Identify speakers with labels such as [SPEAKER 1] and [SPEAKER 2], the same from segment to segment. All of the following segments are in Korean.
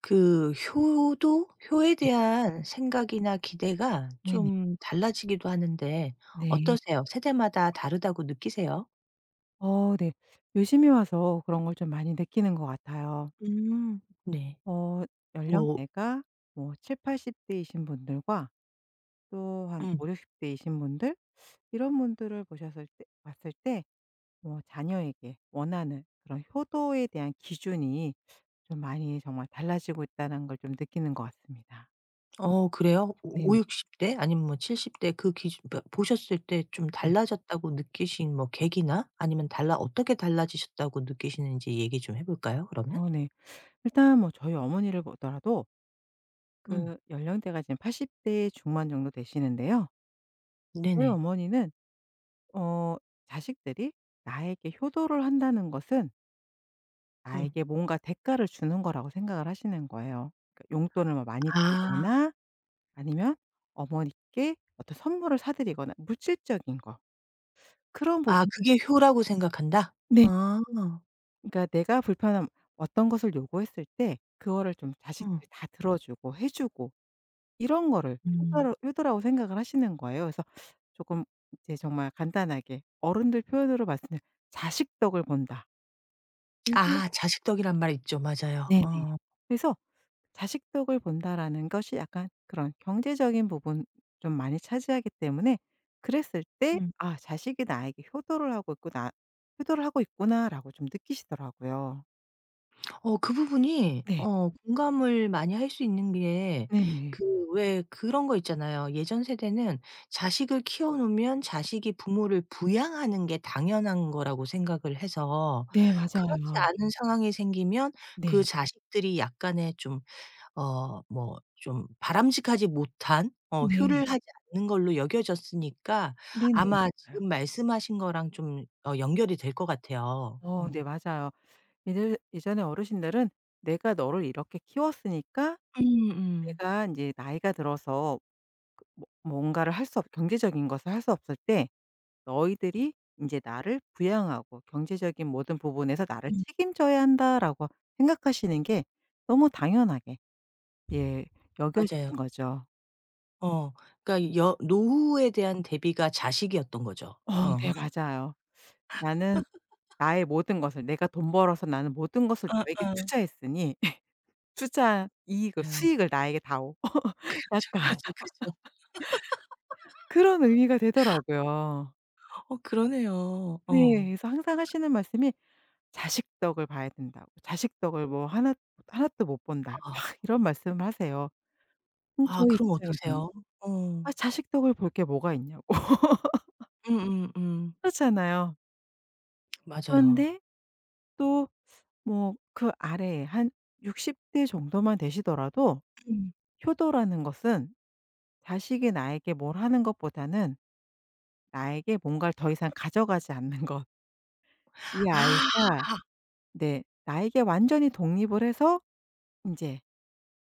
[SPEAKER 1] 그 효도 효에 대한 생각이나 기대가
[SPEAKER 2] 네네.
[SPEAKER 1] 좀 달라지기도 하는데
[SPEAKER 2] 네.
[SPEAKER 1] 어떠세요? 세대마다 다르다고 느끼세요?
[SPEAKER 2] 네. 요즘에 와서 그런 걸 좀 많이 느끼는 것 같아요.
[SPEAKER 1] 음. 네.
[SPEAKER 2] 어
[SPEAKER 1] 뭐
[SPEAKER 2] 연령대가 뭐7팔8 0 대이신 분들과 또 한
[SPEAKER 1] 음.
[SPEAKER 2] 오, 육6 0 대이신 분들 이런 분들을 보셨을 때 봤을 때 뭐 자녀에게 원하는 그런 효도에 대한 기준이 좀 많이 정말 달라지고 있다는 걸 좀 느끼는 것 같습니다.
[SPEAKER 1] 어 그래요? 오
[SPEAKER 2] 네네.
[SPEAKER 1] 50-60대 아니면 뭐 70 대 그 기준, 그러니까 보셨을 때 좀
[SPEAKER 2] 네.
[SPEAKER 1] 달라졌다고 느끼신 뭐 계기나 아니면 달라 어떻게 달라지셨다고 느끼시는지 얘기 좀 해 볼까요 그러면?
[SPEAKER 2] 네. 일단 뭐 저희 어머니를 보더라도
[SPEAKER 1] 음.
[SPEAKER 2] 그 연령대가 지금 80대 중반 정도 되시는데요. 저희
[SPEAKER 1] 네네.
[SPEAKER 2] 어머니는 어 자식들이 나에게 효도를 한다는 것은
[SPEAKER 1] 음.
[SPEAKER 2] 나에게 뭔가 대가를 주는 거라고 생각을 하시는 거예요. 그러니까 용돈을 뭐 많이
[SPEAKER 1] 아.
[SPEAKER 2] 드리거나 아니면 어머니께 어떤 선물을 사드리거나 물질적인 거 그런
[SPEAKER 1] 아
[SPEAKER 2] 부분에 대해-
[SPEAKER 1] 그게 효라고 생각한다?
[SPEAKER 2] 네.
[SPEAKER 1] 아.
[SPEAKER 2] 그러니까 내가 불편함 어떤 것을 요구했을 때 그거를 좀
[SPEAKER 1] 음.
[SPEAKER 2] 자식들이 다 들어주고 해 주고 이런 거를
[SPEAKER 1] 음.
[SPEAKER 2] 효도라고 생각을 하시는 거예요. 그래서 조금 이제 정말 간단하게 어른들 표현으로 봤을 때 '자식 덕을 본다.' 이게
[SPEAKER 1] 아, 자식 덕이란 말 있죠. 맞아요.
[SPEAKER 2] 네네.
[SPEAKER 1] 어.
[SPEAKER 2] 그래서 '자식 덕을 본다.'라는 것이 약간 그런 경제적인 부분 좀 많이 차지하기 때문에 그랬을 때
[SPEAKER 1] 음.
[SPEAKER 2] '아 자식이 나에게 효도를 하고 있구나. 효도를 하고 있구나.'라고 좀 느끼시더라고요.
[SPEAKER 1] 어 그 부분이
[SPEAKER 2] 네.
[SPEAKER 1] 어 공감을 많이 할 수 있는 게,
[SPEAKER 2] 네네.
[SPEAKER 1] 그 왜 그런 거 있잖아요. 예전 세대는 자식을 키워 놓으면 자식이 부모를 부양하는 게 당연한 거라고 생각을 해서,
[SPEAKER 2] 네
[SPEAKER 1] 그렇지
[SPEAKER 2] 맞아요.
[SPEAKER 1] 않은 상황이 생기면 그
[SPEAKER 2] 네.
[SPEAKER 1] 자식들이 약간의 좀 어 뭐 좀 바람직하지 못한 어 효를
[SPEAKER 2] 네.
[SPEAKER 1] 하지 않는 걸로 여겨졌으니까
[SPEAKER 2] 네네.
[SPEAKER 1] 아마
[SPEAKER 2] 맞아요.
[SPEAKER 1] 지금 말씀하신 거랑 좀 어 연결이 될 것 같아요. 어.
[SPEAKER 2] 네 맞아요. 예전에 어르신들은 '내가 너를 이렇게 키웠으니까
[SPEAKER 1] 음음.
[SPEAKER 2] 내가 인제 나이가 들어서 뭐 뭔가를 할 수 없 경제적인 것을 할 수 없을 때 너희들이 이제 나를 부양하고 경제적인 모든 부분에서 나를
[SPEAKER 1] 음 음,
[SPEAKER 2] 책임져야 한다.'라고 생각하시는 게 너무 당연하게 예
[SPEAKER 1] 맞아요.
[SPEAKER 2] 여겨지신 거죠.
[SPEAKER 1] 어. 그러니까 여 노후에 대한 대비가 자식이었던 거죠.
[SPEAKER 2] 어
[SPEAKER 1] 어.
[SPEAKER 2] 네 맞아요. '나는 나의 모든 것을 내가 돈 벌어서 나는 모든 것을 너에게
[SPEAKER 1] 아아.
[SPEAKER 2] 투자했으니 투자 이익을
[SPEAKER 1] 맞아요.
[SPEAKER 2] 수익을 나에게 다오.'
[SPEAKER 1] 죠
[SPEAKER 2] 약간
[SPEAKER 1] 그쵸,
[SPEAKER 2] 그런 의미가 되더라고요.
[SPEAKER 1] 그어 그러네요.
[SPEAKER 2] 네.
[SPEAKER 1] 어.
[SPEAKER 2] 그래서 항상 하시는 말씀이 "자식 덕을 봐야 된다."고 "자식 덕을 뭐 하나도 못 본다." 막
[SPEAKER 1] 아.
[SPEAKER 2] 이런 말씀을 하세요.
[SPEAKER 1] 아
[SPEAKER 2] 저희
[SPEAKER 1] 그럼
[SPEAKER 2] 입장에서는
[SPEAKER 1] 어떠세요? 어.
[SPEAKER 2] '아 자식 덕을 볼 게 뭐가 있냐.'고
[SPEAKER 1] 음음음.
[SPEAKER 2] 그렇잖아요.
[SPEAKER 1] 맞아요.
[SPEAKER 2] 그런데 또 뭐 그 아래에 한 60대 정도만 되시더라도
[SPEAKER 1] 음.
[SPEAKER 2] 효도라는 것은 자식이 나에게 뭘 하는 것보다는 나에게 뭔가를 더 이상 가져가지 않는 것. 이
[SPEAKER 1] 아
[SPEAKER 2] 아이가 네 나에게 완전히 독립을 해서 인제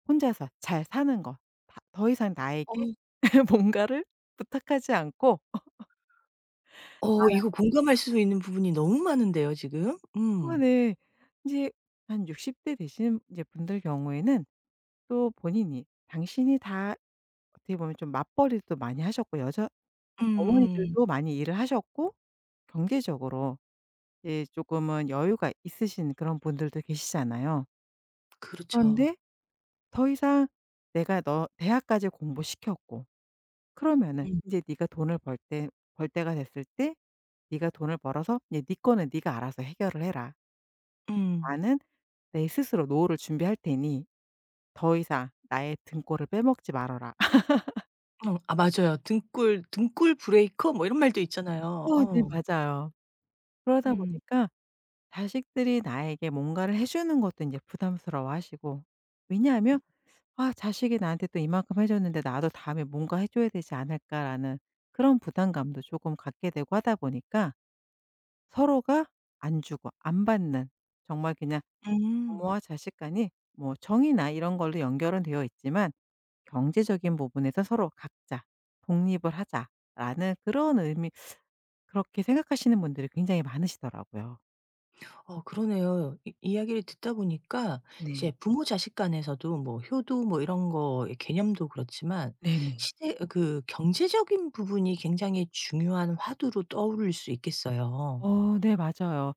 [SPEAKER 2] 혼자서 잘 사는 것. 다 더 이상
[SPEAKER 1] 어.
[SPEAKER 2] 나에게 뭔가를 부탁하지 않고
[SPEAKER 1] 어 이거 공감할 수 있는 부분이 너무 많은데요 지금. 음.
[SPEAKER 2] 네. 인제 한 60대 되시는 이제 분들 경우에는 또 본인이 당신이 다 어떻게 보면 좀 맞벌이도 많이 하셨고 여자
[SPEAKER 1] 음음.
[SPEAKER 2] 어머니들도 많이 일을 하셨고 경제적으로 이제 조금은 여유가 있으신 그런 분들도 계시잖아요.
[SPEAKER 1] 그렇죠.
[SPEAKER 2] 그런데 더 이상 내가 "너 대학까지 공부시켰고 그러면은
[SPEAKER 1] 음.
[SPEAKER 2] 인제 네가 돈을 벌 때가 됐을 때 네가 돈을 벌어서 이제 네 거는 네가 알아서 해결을 해라."
[SPEAKER 1] 음.
[SPEAKER 2] 나는 내 스스로 노후를 준비할 테니 더 이상 나의 등골을 빼먹지 말아라."
[SPEAKER 1] 어 아 맞아요. 등골 브레이커 뭐 이런 말도 있잖아요.
[SPEAKER 2] 네
[SPEAKER 1] 어.
[SPEAKER 2] 맞아요. 그러다
[SPEAKER 1] 음.
[SPEAKER 2] 보니까 자식들이 나에게 뭔가를 해 주는 것도 인제 부담스러워하시고 왜냐하면 '아 자식이 나한테 또 이만큼 해 줬는데 나도 다음에 뭔가 해 줘야 되지 않을까.'라는 그런 부담감도 쪼금 갖게 되고 하다 보니까 서로가 안 주고 안 받는 정말 그냥
[SPEAKER 1] 음.
[SPEAKER 2] 부모와 자식 간이 뭐 정이나 이런 걸로 연결은 되어 있지만 경제적인 부분에서 서로 각자 독립을 하자라는 그런 의미 그렇게 생각하시는 분들이 굉장히 많으시더라고요.
[SPEAKER 1] 어 그러네요. 이 이야기를 듣다 보니까
[SPEAKER 2] 네.
[SPEAKER 1] 이제 부모 자식 간에서도 뭐 효도 뭐 이런 거의 개념도 그렇지만
[SPEAKER 2] 네네.
[SPEAKER 1] 시대 어 그 경제적인 부분이 굉장히 중요한 화두로 떠오를 수 있겠어요.
[SPEAKER 2] 네 맞아요.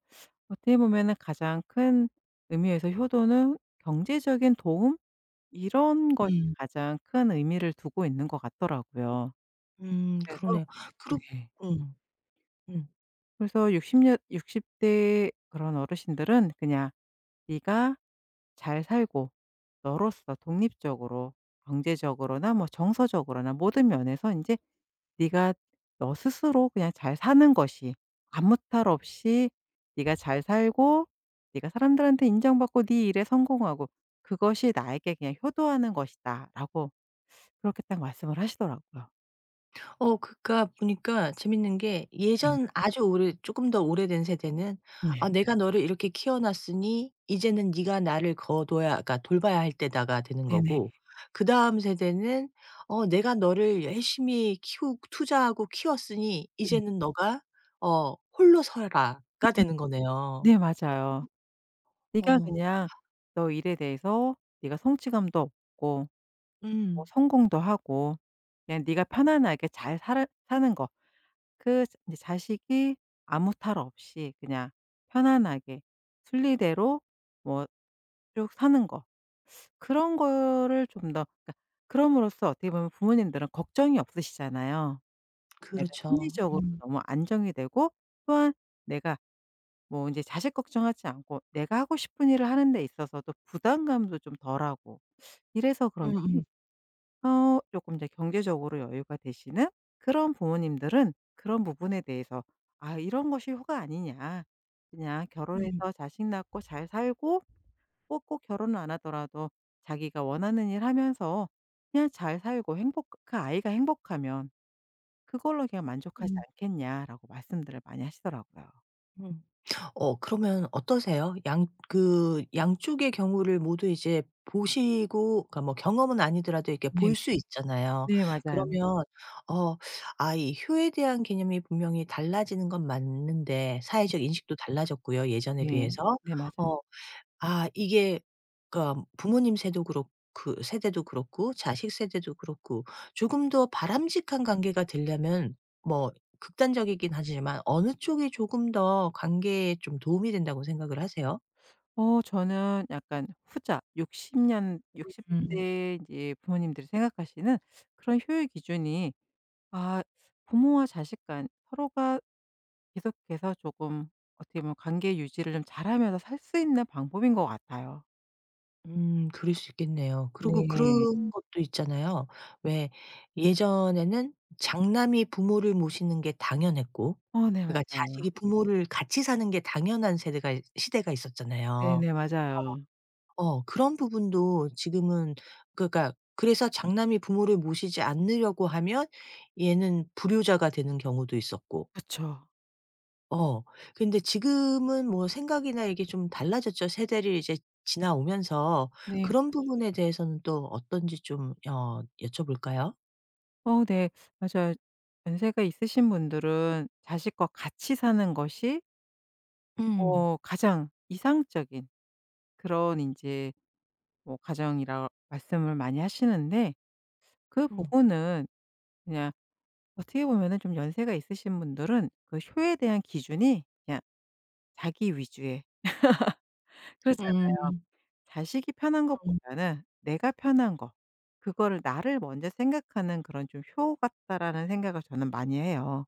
[SPEAKER 2] 어떻게 보면은 가장 큰 의미에서 효도는 경제적인 도움 이런 것이
[SPEAKER 1] 음.
[SPEAKER 2] 가장 큰 의미를 두고 있는 것 같더라고요. 그래서
[SPEAKER 1] 그러네요. 그리
[SPEAKER 2] 네.
[SPEAKER 1] 음. 음.
[SPEAKER 2] 그래서 60년 60대 그런 어르신들은 그냥 "네가 잘 살고 너로서 독립적으로 경제적으로나 뭐 정서적으로나 모든 면에서 이제 네가 너 스스로 그냥 잘 사는 것이 아무탈 없이 네가 잘 살고 네가 사람들한테 인정받고 네 일에 성공하고 그것이 나에게 그냥 효도하는 것이다."라고 그렇게 딱 말씀을 하시더라고요.
[SPEAKER 1] 어 그러니까 보니까 재밌는 게
[SPEAKER 2] 네.
[SPEAKER 1] 예전 아주 오래 쪼끔 더 오래된 세대는 '아
[SPEAKER 2] 네.
[SPEAKER 1] 내가 너를 이렇게 키워 놨으니 이제는 네가 나를 거둬야, 그러니까 돌봐야 할 때다.'가 되는
[SPEAKER 2] 네네.
[SPEAKER 1] 거고, 그다음 세대는 '어 내가 너를 열심히 키우 투자하고 키웠으니
[SPEAKER 2] 네.
[SPEAKER 1] 이제는 너가 어 홀로 서라.'가 되는 거네요.
[SPEAKER 2] 네 맞아요. 네가
[SPEAKER 1] 어.
[SPEAKER 2] 그냥 너 일에 대해서 네가 성취감도 없고 뭐
[SPEAKER 1] 음.
[SPEAKER 2] 성공도 하고 그냥 네가 편안하게 잘 살아 사는 거. 그제 자식이 아무 탈 없이 그냥 편안하게 순리대로 뭐 쭉 사는 거. 그런 거를 좀 더 그러니까 그럼으로써 어떻게 보면 부모님들은 걱정이 없으시잖아요. 내가
[SPEAKER 1] 그렇죠.
[SPEAKER 2] 심리적으로
[SPEAKER 1] 음.
[SPEAKER 2] 너무 안정이 되고 또한 내가 뭐 이제 자식 걱정하지 않고 내가 하고 싶은 일을 하는 데 있어서도 부담감도 좀 덜하고 이래서 그런지
[SPEAKER 1] 음음.
[SPEAKER 2] 조금 이제 경제적으로 여유가 되시는 그런 부모님들은 그런 부분에 대해서 '아 이런 것이 효가 아니냐. 그냥
[SPEAKER 1] 음.
[SPEAKER 2] 결혼해서 자식 낳고 잘 살고 꼭꼭 결혼을 안 하더라도 자기가 원하는 일 하면서 그냥 잘 살고 행복 그 아이가 행복하면 그걸로 그냥 만족하지
[SPEAKER 1] 음.
[SPEAKER 2] 않겠냐.'라고 말씀들을 많이 하시더라고요.
[SPEAKER 1] 음. 어 그러면 어떠세요? 양 그 양쪽의 경우를 모두 이제 보시고, 그러니까 뭐 경험은 아니더라도 이렇게 볼
[SPEAKER 2] 네네.
[SPEAKER 1] 수 있잖아요.
[SPEAKER 2] 네 맞아요.
[SPEAKER 1] 그러면 어 '아 이 효에 대한 개념이 분명히 달라지는 건 맞는데 사회적 인식도 달라졌고요, 예전에
[SPEAKER 2] 네. 음.
[SPEAKER 1] 비해서.'
[SPEAKER 2] 네 맞아요.
[SPEAKER 1] 어 아 이게, 그러니까 부모님 세도 그렇 그 세대도 그렇고 자식 세대도 그렇고 조금 더 바람직한 관계가 되려면 뭐 극단적이긴 하지만 어느 쪽이 조금 더 관계에 좀 도움이 된다고 생각을 하세요?
[SPEAKER 2] 저는 약간 후자 60년 육십
[SPEAKER 1] 음.
[SPEAKER 2] 대 이제 부모님들이 생각하시는 그런 효율 기준이 아 부모와 자식 간 서로가 계속해서 조금 어떻게 보면 관계 유지를 좀 잘하면서 살 수 있는 방법인 것 같아요.
[SPEAKER 1] 그럴 수 있겠네요. 그리고
[SPEAKER 2] 네.
[SPEAKER 1] 그런 것도 있잖아요. 왜 예전에는 장남이 부모를 모시는 게 당연했고,
[SPEAKER 2] 네
[SPEAKER 1] 그러니까
[SPEAKER 2] 맞아요.
[SPEAKER 1] 자식이 부모를 같이 사는 게 당연한 세대가 시대가 있었잖아요.
[SPEAKER 2] 네네 맞아요.
[SPEAKER 1] 어 그런 부분도 지금은 그러니까 그래서 장남이 부모를 모시지 않으려고 하면 얘는 불효자가 되는 경우도 있었고.
[SPEAKER 2] 그쵸.
[SPEAKER 1] 어 근데 지금은 뭐 생각이나 이게 좀 달라졌죠. 세대를 이제 지나오면서
[SPEAKER 2] 네.
[SPEAKER 1] 그런 부분에 대해서는 또 어떤지 좀 어 여쭤볼까요?
[SPEAKER 2] 네. 맞아요. 연세가 있으신 분들은 자식과 같이 사는 것이
[SPEAKER 1] 음.
[SPEAKER 2] 가장 이상적인 그런 인제 뭐 가정이라 말씀을 많이 하시는데 그
[SPEAKER 1] 음.
[SPEAKER 2] 부분은 그냥 어떻게 보면은 좀 연세가 있으신 분들은 그 효에 대한 기준이 그냥 자기 위주의 그렇잖아요.
[SPEAKER 1] 음.
[SPEAKER 2] 자식이 편한
[SPEAKER 1] 음.
[SPEAKER 2] 것보다는 '내가 편한 거 그거를 나를 먼저 생각하는 그런 좀 효 같다.'라는 생각을 저는 많이 해요.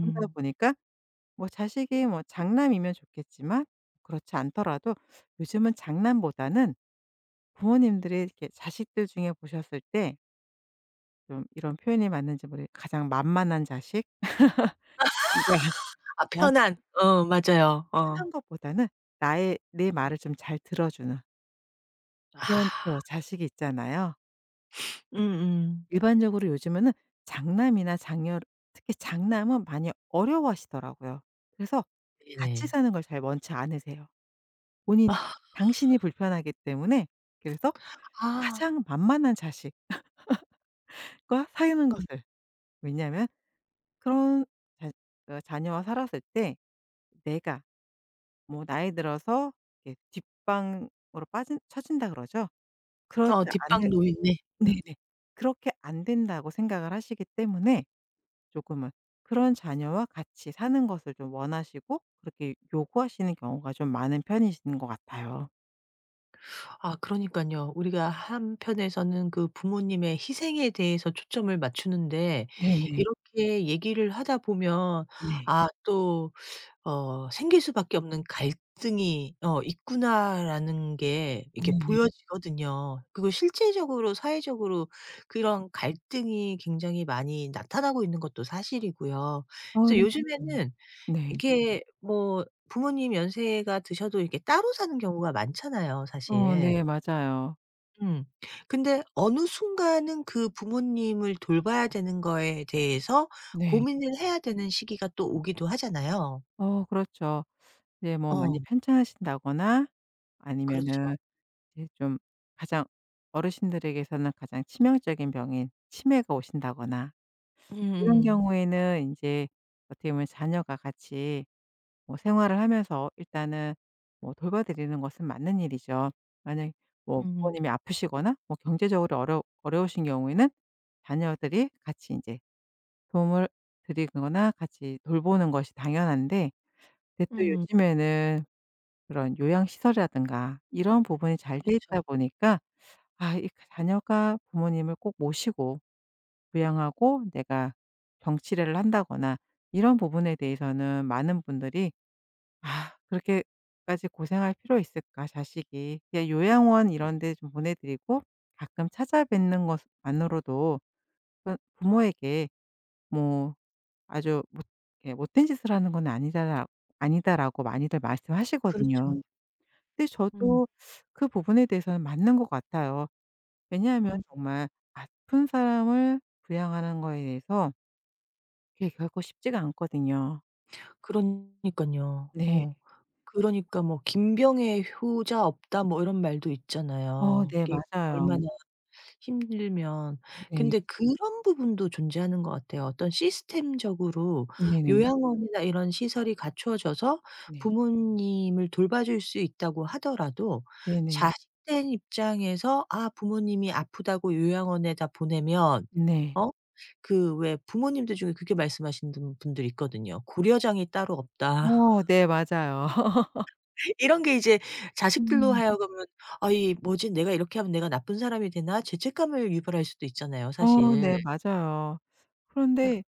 [SPEAKER 2] 그러다 보니까 뭐 자식이 뭐 장남이면 좋겠지만 그렇지 않더라도 요즘은 장남보다는 부모님들이 이렇게 자식들 중에 보셨을 때 좀 이런 표현이 맞는지 모르 겠 가장 만만한 자식? 네.
[SPEAKER 1] 아
[SPEAKER 2] 말
[SPEAKER 1] 편안. 어 맞아요. 어.
[SPEAKER 2] 편한 것보다는 나의 내 말을 좀 잘 들어주는 그런
[SPEAKER 1] 아.
[SPEAKER 2] 또 자식이 있잖아요.
[SPEAKER 1] 음음.
[SPEAKER 2] 일반적으로 요즘에는 장남이나 장녀 특히 장남은 많이 어려워하시더라고요. 그래서 같이
[SPEAKER 1] 네네.
[SPEAKER 2] 사는 걸 잘 원치 않으세요. 본인
[SPEAKER 1] 아.
[SPEAKER 2] 당신이 불편하기 때문에 그래서
[SPEAKER 1] 아.
[SPEAKER 2] 가장 만만한 자식과 사는 것을 왜냐하면 그런 자 어 자녀와 살았을 때 내가 뭐 나이 들어서 이렇게 뒷방으로 빠진 처진다 그러죠. 그러지
[SPEAKER 1] 어
[SPEAKER 2] 않으
[SPEAKER 1] 뒷방 노인네. 음.
[SPEAKER 2] 네네. 그렇게 안 된다고 생각을 하시기 때문에 조금은 그런 자녀와 같이 사는 것을 좀 원하시고 그렇게 요구하시는 경우가 좀 많은 편이신 것 같아요.
[SPEAKER 1] 아 그러니깐요. 우리가 한편에서는 그 부모님의 희생에 대해서 초점을 맞추는데
[SPEAKER 2] 네네.
[SPEAKER 1] 이렇게 얘기를 하다 보면
[SPEAKER 2] 네.
[SPEAKER 1] 아 또 어 '생길 수밖에 없는 갈등이 어 있구나.'라는 게 이렇게
[SPEAKER 2] 네네.
[SPEAKER 1] 보여지거든요. 그리고 실질적으로 사회적으로 그런 갈등이 굉장히 많이 나타나고 있는 것도 사실이고요. 그래서
[SPEAKER 2] 네 맞아요.
[SPEAKER 1] 요즘에는
[SPEAKER 2] 네.
[SPEAKER 1] 이게 뭐 부모님 연세가 드셔도 이렇게 따로 사는 경우가 많잖아요
[SPEAKER 2] 어
[SPEAKER 1] 사실.
[SPEAKER 2] 네 맞아요.
[SPEAKER 1] 음. 근데 어느 순간은 그 부모님을 돌봐야 되는 거에 대해서
[SPEAKER 2] 네.
[SPEAKER 1] 고민을 해야 되는 시기가 또 오기도 하잖아요.
[SPEAKER 2] 그렇죠. 이제 뭐 많이
[SPEAKER 1] 어
[SPEAKER 2] 편찮으신다거나
[SPEAKER 1] 그렇죠.
[SPEAKER 2] 아니면은 이제 좀 가장 어르신들에게서는 가장 치명적인 병인 치매가 오신다거나 이런
[SPEAKER 1] 음음.
[SPEAKER 2] 경우에는 인제 어떻게 보면 자녀가 같이 뭐 생활을 하면서 일단은 뭐 돌봐 드리는 것은 맞는 일이죠. 만약에 뭐
[SPEAKER 1] 음.
[SPEAKER 2] 부모님이 아프시거나 뭐 경제적으로 어려우신 경우에는 자녀들이 같이 인제 도움을 드리거나 같이 돌보는 것이 당연한데 근데 또
[SPEAKER 1] 음.
[SPEAKER 2] 요즘에는 그런 요양시설이라든가 이런 부분이 잘 돼
[SPEAKER 1] 그렇죠,
[SPEAKER 2] 있다 보니까 아이 자녀가 부모님을 꼭 모시고 부양하고 내가 병치레를 한다거나 이런 부분에 대해서는 많은 분들이 '아 그렇게까지 고생할 필요 있을까 자식이.' 그냥 요양원 이런 데 좀 보내 드리고 가끔 찾아뵙는 것만으로도 그러니까 부모에게 뭐 아주 못 예 '못된 짓을 하는 건 아니다라 아니다.'라고 많이들
[SPEAKER 1] 그렇죠.
[SPEAKER 2] 말씀하시거든요. 음. 근데
[SPEAKER 1] 음.
[SPEAKER 2] 저도 그 부분에 대해서는 맞는 것 같아요. 왜냐하면
[SPEAKER 1] 음.
[SPEAKER 2] 정말 아픈 사람을 부양하는 거에 대해서 그게 결코 쉽지가 않거든요.
[SPEAKER 1] 그러니깐요.
[SPEAKER 2] 네.
[SPEAKER 1] 어. 그러니까 뭐 "김병의 효자 없다." 뭐 이런 말도 있잖아요.
[SPEAKER 2] 네
[SPEAKER 1] 이게
[SPEAKER 2] 맞아요.
[SPEAKER 1] 얼마나 힘들면.
[SPEAKER 2] 네.
[SPEAKER 1] 근데 그런 부분도 존재하는 것 같아요. 어떤 시스템적으로
[SPEAKER 2] 네네.
[SPEAKER 1] 요양원이나 이런 시설이 갖추어져서
[SPEAKER 2] 네.
[SPEAKER 1] 부모님을 돌봐줄 수 있다고 하더라도
[SPEAKER 2] 네네.
[SPEAKER 1] 자식된 입장에서 '아 부모님이 아프다고 요양원에다 보내면'
[SPEAKER 2] 네.
[SPEAKER 1] 어 그 왜 부모님들 중에 그렇게 말씀하시는 분들 있거든요. "고려장이 따로 없다."
[SPEAKER 2] 네 맞아요.
[SPEAKER 1] 이런 게 이제 자식들로
[SPEAKER 2] 음.
[SPEAKER 1] 하여금은 '아 이 뭐지? 내가 이렇게 하면 내가 나쁜 사람이 되나?' 죄책감을 유발할 수도 있잖아요 사실.
[SPEAKER 2] 네 맞아요. 그런데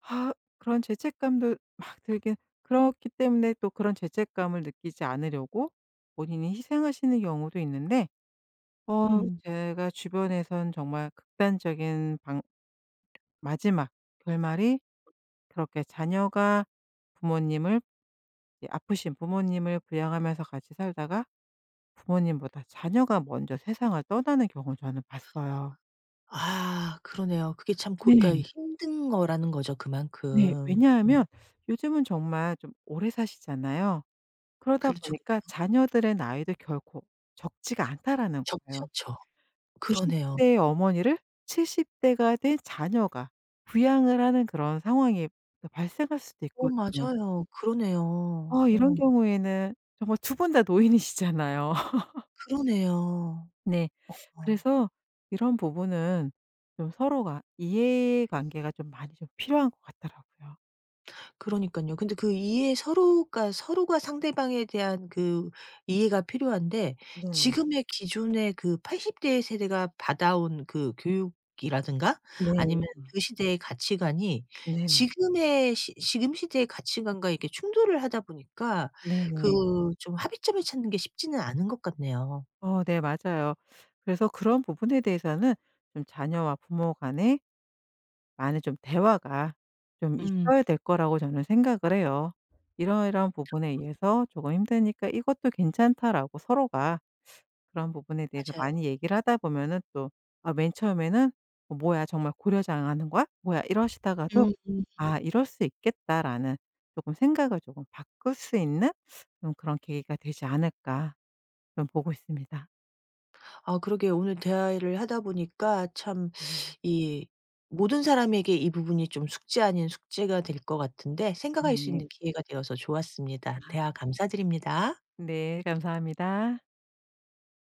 [SPEAKER 2] 아 그런 죄책감도 막 들긴 그렇기 때문에 또 그런 죄책감을 느끼지 않으려고 본인이 희생하시는 경우도 있는데
[SPEAKER 1] 음.
[SPEAKER 2] 제가 주변에선 정말 극단적인 방 마지막 결말이 그렇게 자녀가 부모님을 이제 아프신 부모님을 부양하면서 같이 살다가 부모님보다 자녀가 먼저 세상을 떠나는 경우를 저는 봤어요.
[SPEAKER 1] 아 그러네요. 그게 참 고
[SPEAKER 2] 네.
[SPEAKER 1] 그러니까 힘든 거라는 거죠
[SPEAKER 2] 네.
[SPEAKER 1] 그만큼.
[SPEAKER 2] 왜냐하면 요즘은 정말 좀 오래 사시잖아요. 그러다
[SPEAKER 1] 그렇죠,
[SPEAKER 2] 보니까
[SPEAKER 1] 그렇죠.
[SPEAKER 2] 자녀들의 나이도 결코 적지가 않다라는
[SPEAKER 1] 적지
[SPEAKER 2] 거예요.
[SPEAKER 1] 않죠.
[SPEAKER 2] 90
[SPEAKER 1] 그러네요.
[SPEAKER 2] 대의 어머니를 70 대가 된 자녀가 부양을 하는 그런 상황이 또 발생할 수도
[SPEAKER 1] 어
[SPEAKER 2] 있거든요.
[SPEAKER 1] 맞아요. 그러네요. 어
[SPEAKER 2] 이런 경우에는 정말 두 분 다 노인이시잖아요.
[SPEAKER 1] 그러네요.
[SPEAKER 2] 네.
[SPEAKER 1] 어.
[SPEAKER 2] 그래서 이런 부분은 좀 서로가 이해 관계가 좀 많이 좀 필요한 것 같더라고요.
[SPEAKER 1] 그러니깐요. 근데 그 이해 서로가 상대방에 대한 그 이해가 필요한데
[SPEAKER 2] 네네.
[SPEAKER 1] 지금의 기존의 그 80대 세대가 받아온 그 교육이라든가
[SPEAKER 2] 네.
[SPEAKER 1] 아니면 그 시대의 가치관이
[SPEAKER 2] 네네.
[SPEAKER 1] 지금 시대의 가치관과 이렇게 충돌을 하다 보니까 그
[SPEAKER 2] 네네.
[SPEAKER 1] 좀 합의점을 찾는 게 쉽지는 않은 것 같네요.
[SPEAKER 2] 네 맞아요. 그래서 그런 부분에 대해서는 좀 자녀와 부모 간에 많은 좀 대화가 좀
[SPEAKER 1] 음.
[SPEAKER 2] 있어야 될 거라고 저는 생각을 해요. "이러이러한 부분에 의해서 조금 힘드니까 이것도 괜찮다."라고 서로가 그런 부분에 대해서
[SPEAKER 1] 맞아요.
[SPEAKER 2] 많이 얘기를 하다 보면은 또 아 맨 처음에는 '어 뭐야 정말 고려장하는 거야? 뭐야?' 이러시다가도
[SPEAKER 1] 음.
[SPEAKER 2] '아 이럴 수 있겠다.'라는 조금 생각을 조금 바꿀 수 있는 좀 그런 계기가 되지 않을까 좀 보고 있습니다.
[SPEAKER 1] 아 그러게요. 오늘 대화를 하다 보니까 참
[SPEAKER 2] 네.
[SPEAKER 1] 이 모든 사람에게 이 부분이 좀 숙제 아닌 숙제가 될 것 같은데 생각할 수
[SPEAKER 2] 네.
[SPEAKER 1] 있는 기회가 되어서 좋았습니다. 대화 감사드립니다.
[SPEAKER 2] 네. 감사합니다.